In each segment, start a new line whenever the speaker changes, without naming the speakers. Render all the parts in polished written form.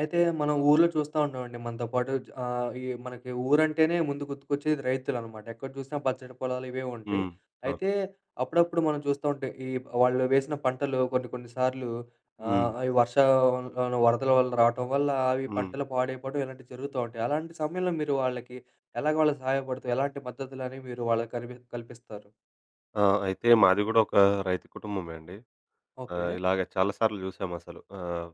అయితే మనం ఊర్లో చూస్తా ఉంటామండి. మనతో పాటు ఈ మనకి ఊరంటేనే ముందు గుర్తుకొచ్చేది రైతులనమాట. ఎక్కడ చూసినా పచ్చడి పొలాలు ఇవే ఉంటాయి.
హ్మ్. అవును.
అయితే అప్పుడప్పుడు మనం చూస్తా ఉంటే ఈ వాళ్ళు వేసిన పంటలు కొన్ని కొన్ని సార్లు
హ్మ్.
అవి వర్షాల వరదల వల్ల రావటం వల్ల అవి
హ్మ్.
పంటలు పాడైపోవడం ఇలాంటివి జరుగుతూ ఉంటాయి. అలాంటి సమయంలో మీరు వాళ్ళకి ఎలాగ వాళ్ళకి సహాయపడుతూ ఎలాంటి మద్దతులనేవి మీరు వాళ్ళకి కల్పిస్తారు?
ఆ! అయితే మాది గూడా ఒక రైతు కుటుంబమే అండి.
ఓకే.
ఇలాగ చాలా సార్లు చూసామసలు.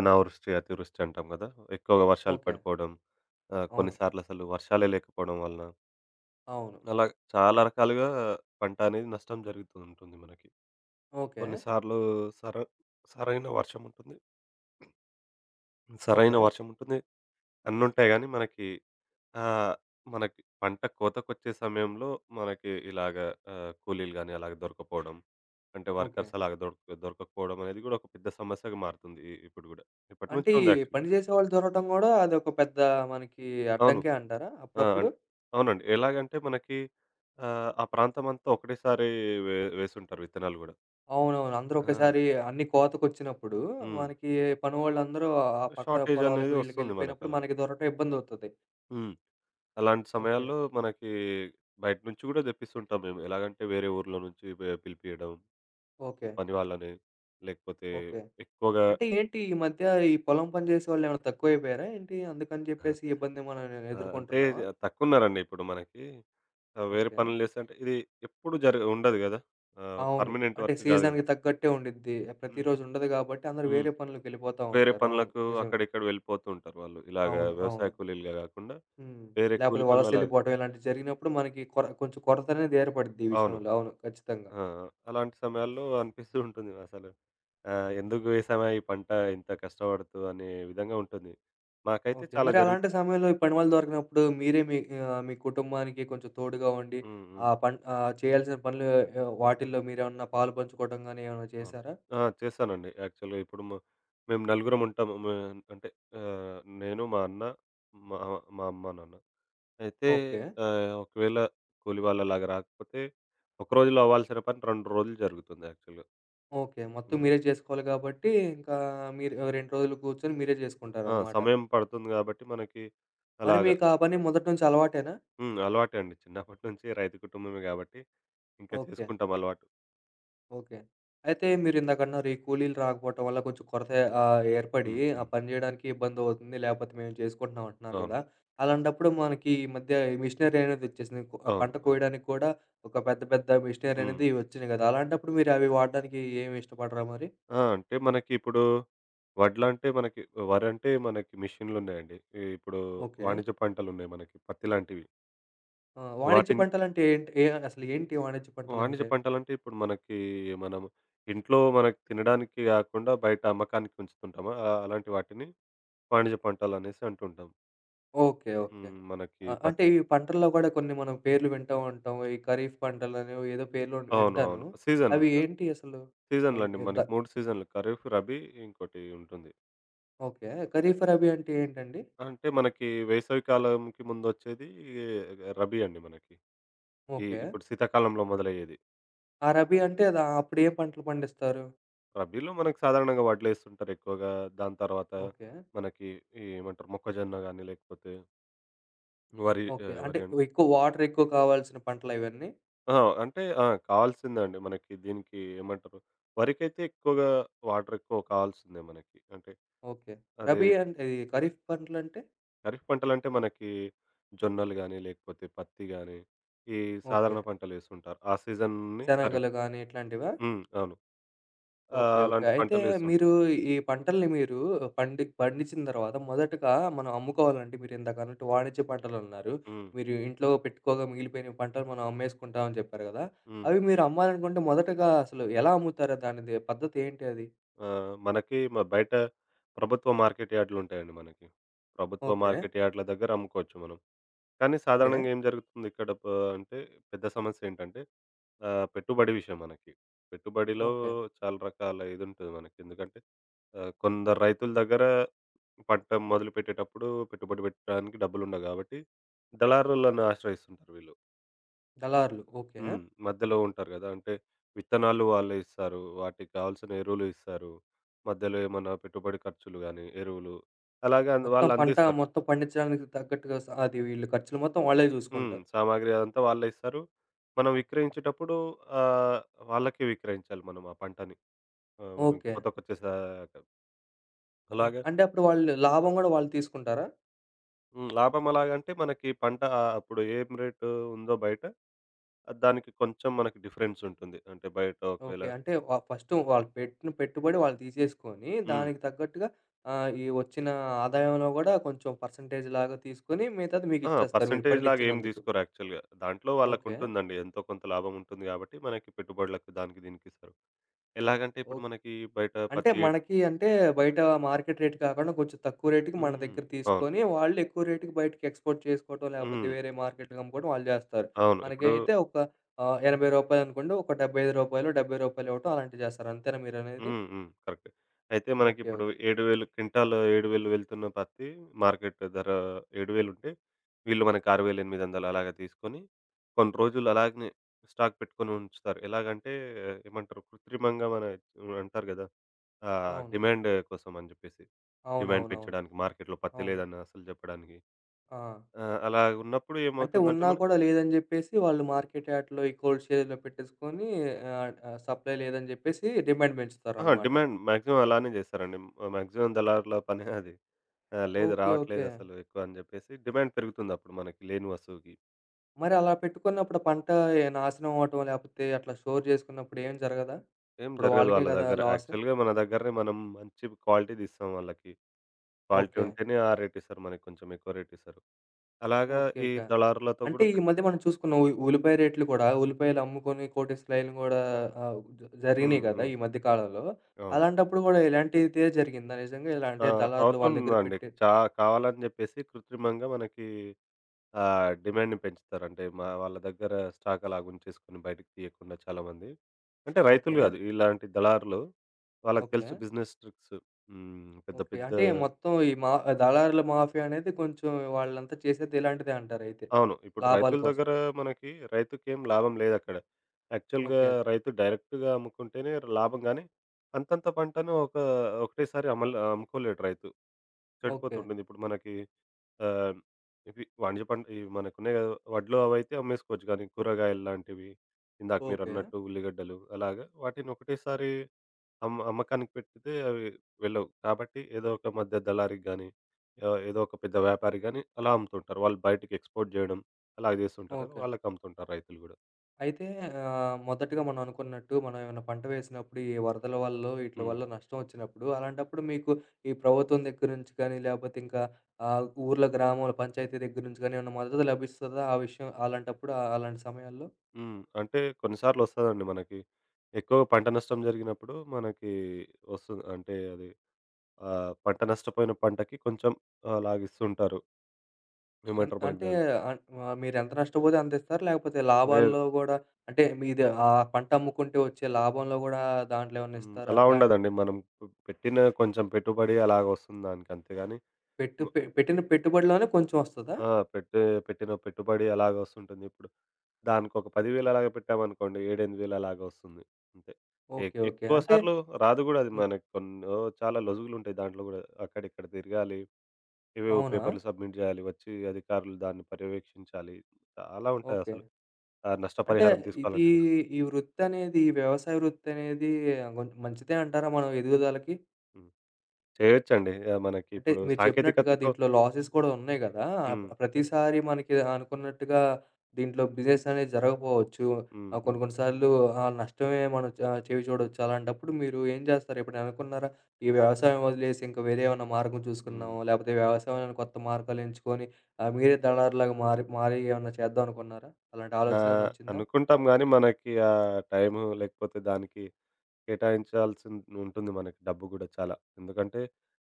అనావృష్టి, అతివృష్టి అంటాం గదా! ఎక్కువగా వర్షాలు
ఓకే.
పడిపోవడం.
అవును.
కొన్నిసార్లసలు వర్షాలే లేకపోవడం వలన
అవును.
అలా చాలా రకాలుగా పంట అనేది నష్టం జరుగుతూ ఉంటుంది మనకి.
ఓకే.
కొన్నిసార్లు సర సరైన వర్షం ఉంటుంది. సరైన
ఓకే.
వర్షం ఉంటుంది. అన్నుంటాయి గానీ మనకి ఆహ్, మనకి పంట కోతకొచ్చే సమయంలో మనకి ఇలాగ కూలీలు గాని అలాగ దొరకకపోవడం, అంటే
ఓకే.
వర్కర్స్ అలాగ దొరకకపోవడం అనేది గూడా ఒక పెద్ద సమస్యగా మారుతుంది. ఇప్పుడు గూడా. ఇప్పటి
అంటే
నుంచే ఉంది
ఈ
యాక్చువల్లీ.
పని చేసేవాళ్ళు దొరకటం గూడా అదొక పెద్ద మనకి
అవును.
అడ్డంకే అంటారా
ఆ!
అప్పుడప్పుడు?
అన్ అవునండి. ఎలాగంటే మనకి ఆ ప్రాంతమంతా ఒకటేసారి వేసుంటారు విత్తనాలు గూడా.
అవునవును. అందరూ
ఆ!
ఒకేసారి అన్నీ కోతకొచ్చినప్పుడు
హ్మ్.
మనకి పనోళ్ళందరూ ఆ పక్క
షార్టేజ్
పొలాలకు
అనేది వస్తుంది
వీళ్ళకెళ్ళిపోయినప్పుడు
మనకలాగా.
మనకి దొరకటం ఇబ్బందవుతది.
హ్మ్. అలాంటి
ఓకే.
సమయాల్లో మనకి బయట నుంచి గూడా తెప్పిస్తుంటాం మేము. ఎలాగంటే వేరే ఊర్ల నుంచి పిలిపియడం,
ఓకే.
పని వాళ్ళని లేకపోతే
ఓకే.
ఎక్కువగా
అంటే ఏంటి ఈ మధ్య ఈ పొలం పని చేసేవాళ్ళేమైనా తక్కువైపోయారా ఏంటి? అందుకని
ఆ!
చెప్పేసి ఈ ఇబ్బంది మనం
అంటే
ఎదుర్కొంటున్నామా?
తక్కువున్నారండి ఇప్పుడు మనకి. వేరే
ఓకే.
పనులు చేస్తంటే ఇది ఎప్పుడు జర ఉండదు గదా!
అవును.
పర్మనెంట్
అంటే
వర్క్ గాదు గదా!
సీజన్‌కి తగ్గట్టే ఉండిద్ది.
హ్మ్.
ప్రతిరోజు ఉండదు కాబట్టి అందరూ
హ్మ్.
వేరే పనులకెళ్ళిపోతా
వేరే
ఉంటారు. అవును.
పనులకు
నిజమే.
అక్కడ ఇక్కడ వెళ్ళిపోతూ ఉంటారు వాళ్ళు. ఇలాగ
అవును.
వ్యవసాయ
అవును.
కూలీలుగా గాకుండా
హ్మ్.
వేరే
లేపోతే
కూలి పనులలాగా
వలసెళ్ళిపోవటం ఇలాంటివి జరిగినప్పుడు మనకి కొంచెం కొరత అనేది ఏర్పడిద్ది ఈ
అవును.
విషయంలో. అవును. ఖచ్చితంగా.
ఆ! అలాంటి సమయాల్లో అనిపిస్తూ ఉంటుంది అసలు. ఎందుకు వేసామా ఈ పంట ఇంత కష్టపడుతూ అనే విధంగా ఉంటుంది. మాకైతే
ఓకే.
చాలా
మరి అలాంటి సమయంలో ఈ పనివాళ్ళు దొరకనప్పుడు మీరే మీ మీ కుటుంబానికి కొంచెం తోడుగా ఉండి
హ్మ్. హ్మ్.
చేయాల్సిన పనులు వాటిల్లో మీరేమన్నా పాలు పంచుకోవటం గాని ఏమైనా
అవును.
చేశారా?
ఆ! చేశానండి. యాక్చువల్‌గా ఇప్పుడు మేము నలుగురం ఉంటాము. అంటే నేను, మా అన్న, మా మా అమ్మ, నాన్న. అయితే
ఓకే.
ఒకవేళ కూలి వాళ్ళలాగా రాకపోతే, ఒక రోజులో అవ్వాల్సిన పని 2 రోజులు జరుగుతుంది యాక్చువల్‌గా.
ఓకే. మొత్తం
హ్మ్.
మీరే చేసుకోవాలి కాబట్టి ఇంకా మీరు 2 రోజులు కూర్చొని మీరే
ఆ!
చేసుకుంటారనమాట.
సమయం పడుతుంది కాబట్టి మనకి
మరి
అలాగా
మీకు ఆ పని మొదటి నుంచి అలవాటేనా?
హ్మ్. అలవాటే అండి. చిన్నప్పటి నుంచి రైతు కుటుంబమే కాబట్టి ఇంకా
ఓకే.
చేసుకుంటాం అలవాటు.
ఓకే. అయితే మీరిందాకన్నారు ఈ కూలీలు రాకపోవటం వల్ల కొంచెం కొరత ఏర్పడి
హ్మ్.
ఆ
హ్మ్.
పని జేయడానికి ఇబ్బందవుతుంది. లేపోతే మేము చేసుకుంటున్నాం అంటున్నారు
అవును.
గదా! అలాంటప్పుడు మనకి ఈ మధ్య ఈ మిషనరీ అనేది ఒచ్చేసింది. ఆ
అవును.
పంట
అవును.
కోయడానికి కూడా ఒక పెద్ద పెద్ద మిషనరీ
హ్మ్.
అనేది ఒచ్చినాయి గదా! అలాంటప్పుడు మీరు అవి వాడడానికి ఏమి ఇష్టపడరా మరి?
ఆ! అంటే మనకిప్పుడు వడ్లంటే మనకి వరంటే మనకి మిషన్‌లున్నాయండి. ఇప్పుడు
ఓకే.
వాణిజ్య పంటలున్నాయి మనకి పత్తి లాంటివి.
ఆ! వాణిజ్య
వాటిని
పంటలంటే ఏంటి? అసలు ఏంటి వాణిజ్య
వాణిజ్య
పంటలంటే?
పంటలంటే ఇప్పుడు మనకి మనం ఇంట్లో మనకి తినడానికి కాకుండా బయట అమ్మకానికి ఉంచుతుంటామా? అలాంటి వాటిని వాణిజ్య పంటలనేసి అంటుంటాం.
ఓకే. ఓకే.
హ్మ్. మనకి
అంటే ఈ పంటల్లో గూడా కొన్ని మనం పేర్లు వింటూ ఉంటాం. ఈ ఖరీఫ్ పంటలని ఏదో పేర్లు
అవును.
వింటాను.
అవును. సీజన్.
అవి ఏంటి అసలు? ఆహ్,
సీజన్‌లండి
ద
మనకి 3 సీజన్‌లు ఖరీఫ్, రబీ ఇంకోటి ఉంటుంది.
ఓకే. ఖరీఫ్, రబీ అంటే ఏంటండి?
అంటే మనకి వేసవి కాలంకి ముందొచ్చేది రబీ అండి మనకి.
ఓకే.
ఇప్పుడు శీతాకాలంలో మొదలయ్యేది.
ఆ రబీ అంటే అప్పుడు ఏ పంటలు పండిస్తారు?
రబీలో మనకు సాధారణంగా వడ్లేస్తుంటారు ఎక్కువగా. దాని తర్వాత
ఓకే.
మనకి ఈ ఏమంటారు మొక్కజొన్న గాని లేకపోతే వరి
ఓకే. అంటే
వరి అన్
ఎక్కువ వాటర్ ఎక్కువ కావాల్సిన పంటలా ఇవన్నీ?
ఆ! అంటే కావాల్సిందండి మనకి దీనికి ఏమంటారు వరికైతే ఎక్కువగా వాటర్ ఎక్కువ కావాల్సిందే మనకి. అంటే
ఓకే.
అది
రబీ అంటే ఇది ఖరీఫ్ పంటలంటే?
ఖరీఫ్ పంటలంటే మనకి జొన్నలు గాని లేకపోతే పత్తి గాని ఈ
ఓకే.
సాధారణ పంటలేస్తుంటారు. ఆ సీజన్‌ని ఖరీఫ్.
శనగలు గానీ ఇట్లాంటివా?
హ్మ్. అవును. ఆ!
ఓకే. ఓకే.
అలాంటి
అయితే
పంటలేస్తుంటాం.
మీరు ఈ పంటల్ని మీరు పండించిన తర్వాత మొదటగా మనం అమ్ముకోవాలంటే మీరిందాక అన్నట్టు వాణిజ్య పంటలన్నారు.
హ్మ్.
మీరు ఇంట్లో పెట్టుకోగా మిగిలిపోయిన పంటలు మనం అమ్మేసుకుంటాం అని చెప్పారు గదా!
హ్మ్.
అవి మీరు అమ్మాలనుకుంటే మొదటగా అసలు ఎలా అమ్ముతారు? దానిది పద్ధతి ఏంటి అది?
మనకి బయట ప్రభుత్వ మార్కెట్ యార్డ్‌లుంటాయండి మనకి. ప్రభుత్వ
ఓకే.
మార్కెట్ యార్డ్‌ల దగ్గర అమ్ముకోవచ్చు మనం. కానీ
ఓకే.
సాధారణంగా ఏం జరుగుతుంది ఇక్కడ అంటే పెద్ద సమస్యేంటంటే పెట్టుబడి విషయం మనకి. పెట్టుబడిలో
ఓకే.
చాలా రకాల ఇదుంటది మనకి. ఎందుకంటే కొందరు రైతుల దగ్గర పంట మొదలుపెట్టేటప్పుడు పెట్టుబడి పెట్టడానికి డబ్బులుండవు గాబట్టి, దళారులను ఆశ్రయిస్తుంటారు వీళ్ళు.
దళారులు. ఓకే.
హ్మ్. మధ్యలో ఉంటారు గదా! అంటే విత్తనాలు వాళ్ళే ఇస్తారు. వాటికి కావాల్సిన ఎరువులు ఇస్తారు. మధ్యలో ఏమన్నా పెట్టుబడి ఖర్చులు గాని, ఎరువులు అలాగే
మొత్తం
వాళ్ళు అవును.
పంట
అందిస్తారు.
మొత్తం పండించడానికి తగ్గట్టుగా అది వీళ్ళు ఖర్చులు మొత్తం వాళ్ళే
హ్మ్.
జూసుకుంటారు.
సామాగ్రి అదంతా వాళ్ళే ఇస్తారు. మనం విక్రయించేటప్పుడు ఆహ్, వాళ్ళకే విక్రయించాలి మనం ఆ పంటని. మనం
ఓకే.
కోతకొచ్చేసాక.
ఓకే.
అలాగే
అంటే అప్పుడు వాళ్ళు లాభం గూడా వాళ్ళు తీసుకుంటారా?
హ్మ్. లాభం అలాగంటే మనకి పంట అప్పుడు ఏం రేటు ఉందో బయట, ఆ దానికి కొంచెం మనకి డిఫరెన్స్ ఉంటుంది. అంటే బయట ఒకవేళ
ఓకే. అంటే ఫస్ట్ వాళ్ళు పెట్టిన పెట్టుబడి వాళ్ళు తీసేసుకొని,
హ్మ్.
దానికి తగ్గట్టుగా ఈ వచ్చిన ఆదాయంలో గూడా కొంచెం పర్సెంటేజ్‌లాగా తీసుకొని, మిగతాది
ఆ!
మీకిచ్చేస్తారు మీరు
పర్సెంటేజ్ లాగా ఏం
పండించినందుకు.
తీసుకోరు యాక్చువల్‌గా. దాంట్లో
ఓకే.
వాళ్ళకుంటుందండి. ఎంతో కొంత లాభం ఉంటుంది గాబట్టి, మనకి పెట్టుబడులకు దానికి దీనికి ఇస్తారు. ఎలాగంటే
ఓహ్!
ఇప్పుడు మనకి బయట
అంటే
పత్తి
మనకి అంటే బయట మార్కెట్ రేట్ కాకుండా కొంచెం తక్కువ రేట్‌కి మన
హ్మ్.
దగ్గర
అవును.
తీసుకొని, వాళ్ళు ఎక్కువ రేట్‌కి బయటికి ఎక్స్‌పోర్ట్ చేసుకోవటం, లేకపోతే
హ్మ్.
వేరే మార్కెట్‌లకి అమ్ముకోవడం వాళ్ళు జేస్తారు.
అవును. ఇప్పుడు
మనకైతే ఒక ఆహ్, రూ. 80 అనుకోండి. ఒక రూ. 75, రూ. 70 ఇవ్వటం అలాంటివి జేస్తారు. అంతేనా మీరనేది?
హ్మ్. హ్మ్. కరెక్టే. అయితే
ఓకే. ఓకే.
మనకిప్పుడు 7,000 క్వింటాల్ 7,000 వెళ్తున్న పత్తి మార్కెట్ ధర 7,000 ఉంటే, వీళ్ళు మనకి 6,800 అలాగ తీసుకొని, కొన్ని రోజులు అలాగనే స్టాక్ పెట్టుకొని ఉంచుతారు. ఎలాగంటే ఏమంటారు కృత్రిమంగా మన అంటారు గదా! ఆ!
అవును.
డిమాండ్ కోసం అని జెప్పేసి. డిమాండ్
అవునవునవును. అవును.
పెంచడానికి మార్కెట్‌లో
అవును
పత్తి
అవును.
లేదని అసలు జెప్పడానికి.
ఆ!
ఆ! అలా ఉన్నప్పుడు
అంటే
ఏమవుతుందంటే
ఉన్నా
మనం
కూడా లేదని జెప్పేసి వాళ్ళు మార్కెట్ యార్డ్‌లో ఈ కోల్డ్ స్టోరేజ్‌లో పెట్టేసుకొని ఆహ్, ఆహ్, సప్లై లేదని జెప్పేసి డిమాండ్
అహా!
పెంచుతారనమాట.
డిమాండ్ మాక్సిమం అలానే జేస్తారండి. మాక్సిమం దళారుల పనే అది. ఆ! లేదు
ఓకే. ఓకే.
రావట్లేదసలు ఎక్కువ అని జెప్పేసి డిమాండ్ పెరుగుతుందప్పుడు మనకి లేని వస్తువుకి.
మరి అలా పెట్టుకున్నప్పుడు పంట నాశనం అవ్వటం లేపోతే అట్లా స్టోర్ జేసుకున్నప్పుడు ఏం జరగదా?
ఏం
ఇప్పుడు
జరగదు
వాళ్ళకే
వాళ్ళ
గదా
దగ్గర.
లాస్.
యాక్చువల్‌గా మన దగ్గరనే మనం మంచి క్వాలిటీ దీస్తాం వాళ్ళకి. Quality
okay.
ఉంటేనే ఆ రేట్ ఇస్తారు మనకి కొంచెం ఎక్కువ రేట్ ఇస్తారు. అలాగా
ఓకే.
ఈ
ఓకే.
దళారులతో
అంటే
గూడా
ఈ
పెద్ద
మధ్య మనం చూసుకున్నాం ఉల్లిపాయ రేట్లు గూడా ఉల్లిపాయలు అమ్ముకొని కోటేశ్లాయిలు గూడా ఆహ్, జ జరిగినాయి
హ్మ్.
గదా!
హ్మ్.
ఈ మధ్య కాలంలో.
అవును.
అలాంటప్పుడు గూడా ఇలాంటిదే జరిగిందా నిజంగా? ఇలా
ఆ!
అంటే దళారులు వాళ్ళ దగ్గర
అవుతుందండి.
పెట్టే
కావాలని జెప్పేసి కృత్రిమంగా మనకి డిమాండ్‌ని పెంచుతారు. అంటే మా వాళ్ళ దగ్గర స్టాక్ అలాగ ఉంచేసుకొని బయటికి తీయకుండా చాలామంది. అంటే రైతులు
ఓకే.
గాదు. ఇలాంటి దళారులు వాళ్ళకి
ఓకే.
తెలుసు బిజినెస్ ట్రిక్స్. హ్మ్. పెద్ద
ఓకే.
పెద్ద
అంటే మొత్తం ఈ దళారుల మాఫియా అనేది కొంచెం వాళ్ళంతా చేసేది ఇలాంటిదే అంటారయితే.
అవును. ఇప్పుడు
లాభాల
రైతుల
కోసం.
దగ్గర మనకి రైతుకేం లాభం లేదక్కడ. యాక్చువల్‌గా
ఓకే.
రైతు డైరెక్ట్‌గా అమ్ముకుంటేనే లాభం గానీ, అంతంత పంటను ఒక ఒకటేసారి అమలు అమ్ముకోలేడు రైతు.
ఓకే.
చెడిపోతుంటుంది. ఇప్పుడు మనకి ఆహ్, ఇవి వాణిజ్య పంట ఇవి మనకున్నాయి కదా! వడ్లు అవైతే అమ్మేసుకోవచ్చు. కానీ కూరగాయలు లాంటివి ఇందాక
ఓకే.
మీరన్నట్టు ఉల్లిగడ్డలు అలాగా వాటిని ఒకటేసారి అమ్మకానికి పెట్టితే అవి వెళ్ళవు. కాబట్టి ఏదో ఒక మధ్య దళారికి గానీ, ఏదో ఒక పెద్ద వ్యాపారికి గానీ అలా అమ్ముతుంటారు. వాళ్ళు బయటికి ఎక్స్‌పోర్ట్ జేయడం అలా జేస్తుంటారు కదా!
ఓకే.
వాళ్ళకి అమ్ముతుంటారు రైతులు గూడా.
అయితే మొదటగా మనం అనుకున్నట్టు మనం ఏమైనా పంట వేసినప్పుడు ఈ వరదల వల్లో ఈట్ల
హ్మ్.
వల్ల నష్టం వచ్చినప్పుడు అలాంటప్పుడు మీకు ఈ ప్రభుత్వం దగ్గర నుంచి కానీ లేకపోతే ఇంకా ఊర్ల గ్రామాల పంచాయతీ దగ్గర నుంచి కానీ ఏమైనా మద్దతు లభిస్తదా? ఆ విషయం అలాంటప్పుడు అలాంటి సమయాల్లో?
హ్మ్. అంటే కొన్ని సార్లొస్తదండి మనకి. ఎక్కువగా పంట నష్టం జరిగినప్పుడు మనకి వస్తుంది. అంటే అది పంట నష్టపోయిన పంటకి కొంచెం అలాగిస్తుంటారు. ఏమంటారు మనకి
అంటే
దాన్ని?
ఆహ్, ఆహ్, మీరెంత నష్టపోతే అంత ఇస్తారా? లేకపోతే
లేదు.
లాభాల్లో గూడా అంటే మీది ఆ పంట అమ్ముకుంటే వచ్చే లాభంలో గూడా దాంట్లో ఏమన్నా
హ్మ్.
ఇస్తారా?
అలా
ఎలా అంటే
ఉండదండి. మనం పెట్టిన కొంచెం పెట్టుబడి అలాగొస్తుంది దానికి అంతేగాని
పెట్టు
ము
పె పెట్టిన పెట్టుబడిలోనే కొంచెం వస్తదా?
ఆ! పెట్టే పెట్టిన పెట్టుబడి అలాగొస్తుంటుంది. ఇప్పుడు దానికొక 10,000 అలాగ పెట్టామనుకోండి 7, 8 వేలు అలాగ వస్తుంది. అంతే.
ఓకే. ఓకే.
ఎక్కువ
అంటే
సార్లు రాదు గూడా అది
హ్మ్.
మనకి కొన్నో చాలా లొసుగులుంటాయి దాంట్లో గూడా. అక్కడిక్కడ తిరగాలి. ఏవేవో
అవునా?
పేపర్‌లు సబ్మిట్ జేయాలి. వచ్చి అధికారులు దాన్ని పర్యవేక్షించాలి. చాలా
ఓకే.
ఉంటాయసలు. ఆ
అంటే
నష్టపరిహారం
ఇది
తీసుకోవాలంటే గూడా.
ఈ వృత్తనేది, ఈ వ్యవసాయ వృత్తనేది ఆహ్, గొం మంచిదే అంటారా మనం ఎదుగుదలకి?
హ్మ్. చేయొచ్చండి.
అంటే
మనకిప్పుడు
మీరు చెప్పినట్టుగా
సాంకేతికతతో
దీంట్లో లాసెస్ కూడా ఉన్నాయి గదా!
హ్మ్.
ప్రతిసారి మనకి అనుకున్నట్టుగా దీంట్లో బిజినెస్ అనేది జరగపోవచ్చు.
హ్మ్.
కొన్ని
హ్మ్.
కొన్ని సార్లు ఆ నష్టమే మనం చెవి చూడొచ్చు. అలాంటప్పుడు మీరు ఏం జేస్తారు? ఎప్పుడైనా అనుకున్నారా? ఈ వ్యవసాయం వదిలేసి ఇంకా వేరే ఏమన్నా మార్గం చూసుకుందాం,
హ్మ్.
లేపోతే వ్యవసాయంలో కొత్త మార్గాలు ఎంచుకొని మీరే దళారులాగా మారి మారి ఏమన్నా చేద్దాం అనుకున్నారా? అలాంటి ఆలోచన ఏమన్నా వచ్చిందా?
అనుకుంటాం గానీ, మనకి ఆ టైము లేకపోతే దానికి కేటాయించాల్సి ఉంటుంది మనకి డబ్బు గూడా చాలా. ఎందుకంటే,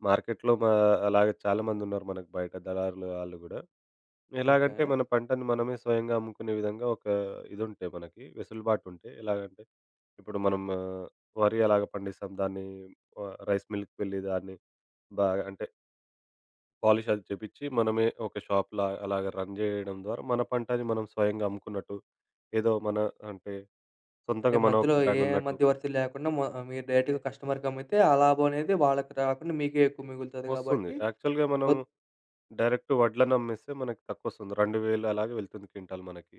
మార్కెట్‌లో మా అలాగే చాలామందున్నారు మనకు బయట దళారులు ఆళ్ళు గూడా.
ఓకే.
ఎలాగంటే, మన పంటను మనమే స్వయంగా అమ్ముకునే విధంగా ఒక ఇదుంటే మనకి వెసులుబాటుంటే ఎలాగంటే, ఇప్పుడు మనం వరి అలాగ పండిస్తాం. దాన్ని రైస్ మిల్‌కి వెళ్ళి దాన్ని బాగా అంటే పాలిష్ అది చేపిచ్చి, మనమే ఒక షాప్‌లా అలాగా రన్ జేయడం ద్వారా, మన పంటని మనం స్వయంగా అమ్ముకున్నట్టు, ఏదో మన అంటే
అంటే
సొంతంగా మన ఒక
మధ్యలో ఏ
బ్రాండ్ ఉన్నట్టు
మధ్యవర్తి లేకుండా మీరు డైరెక్ట్‌గా కస్టమర్‌కి అమ్మితే ఆ లాభం అనేది వాళ్ళకి రాకుండా మీకే ఎక్కువ మిగులుతది
వస్తుంది.
గాబట్టి
యాక్చువల్‌గా మనం
ఓ
డైరెక్ట్ వడ్లను అమ్మేస్తే మనకి తక్కువొస్తుంది. 2,000 అలాగే వెళ్తుంది క్వింటాల్ మనకి.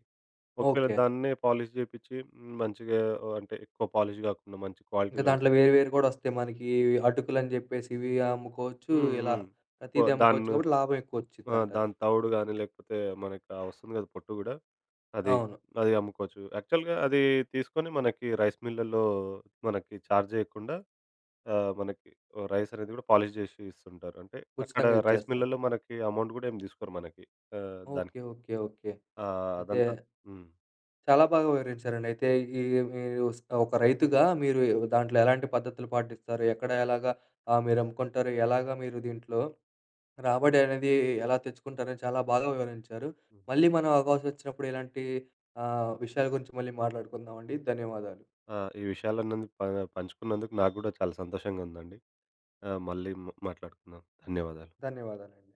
ఒకవేళ
ఓకే.
దాన్నే పాలిష్ చేపిచ్చి హ్మ్, మంచిగా అంటే ఎక్కువ పాలిష్ గాకుండా మంచి
ఇంకా
క్వాలిటీలో
దాంట్లో
ఇస్తే
వేరు వేరు గూడా ఒస్తాయి. మనకి అటుకులని జెప్పేసి ఇవి అమ్ముకోవచ్చు.
హ్మ్.
ఇలా
హ్మ్. ఓ
ప్రతీది అమ్ముకోవచ్చు
దాన్ను
కాబట్టి లాభం
ఆ!
ఎక్కువొచ్చిద్దంటారు.
దాని తవుడు గాని, లేకపోతే మనకి ఆ వస్తుంది గదా! పొట్టు గూడా, అది.
అవును.
అది అమ్ముకోవచ్చు. యాక్చువల్‌గా అది తీసుకొని మనకి రైస్ మిల్లల్లో మనకి చార్జ్ జేయకుండా మనకి రైస్ అనేది గూడా పాలిష్ జేసి ఇస్తుంటారు. అంటే అక్కడ
ఉచితంగా
రైస్
ఇచ్చేస్తారు.
మిల్లల్లో మనకి అమౌంట్ గూడా ఏం దీసుకోరు మనకి.
ఓకే.
దానికి.
ఓకే. ఓకే. అయితే
అదంతా హ్మ్.
చాలా బాగా వివరించారండి. అయితే ఈ మీరు ఒక రైతుగా మీరు దాంట్లో ఎలాంటి పద్ధతులు పాటిస్తారు? ఎక్కడ ఎలాగా మీరు అమ్ముకుంటారు? ఎలాగా మీరు దీంట్లో రాబడి అనేది ఎలా తెచ్చుకుంటారని చాలా బాగా వివరించారు.
హ్మ్.
మళ్ళీ మనం అవకాశం ఒచ్చినప్పుడు ఇలాంటి విషయాల గురించి మళ్ళీ మాట్లాడుకుందామండి. ధన్యవాదాలు.
ఆ! ఈ విషయాలన్నీ పంచుకున్నందుకు నాకు గూడా చాలా సంతోషంగా ఉందండి. మళ్ళీ మాట్లాడుకుందాం. ధన్యవాదాలు.
ధన్యవాదాలండి.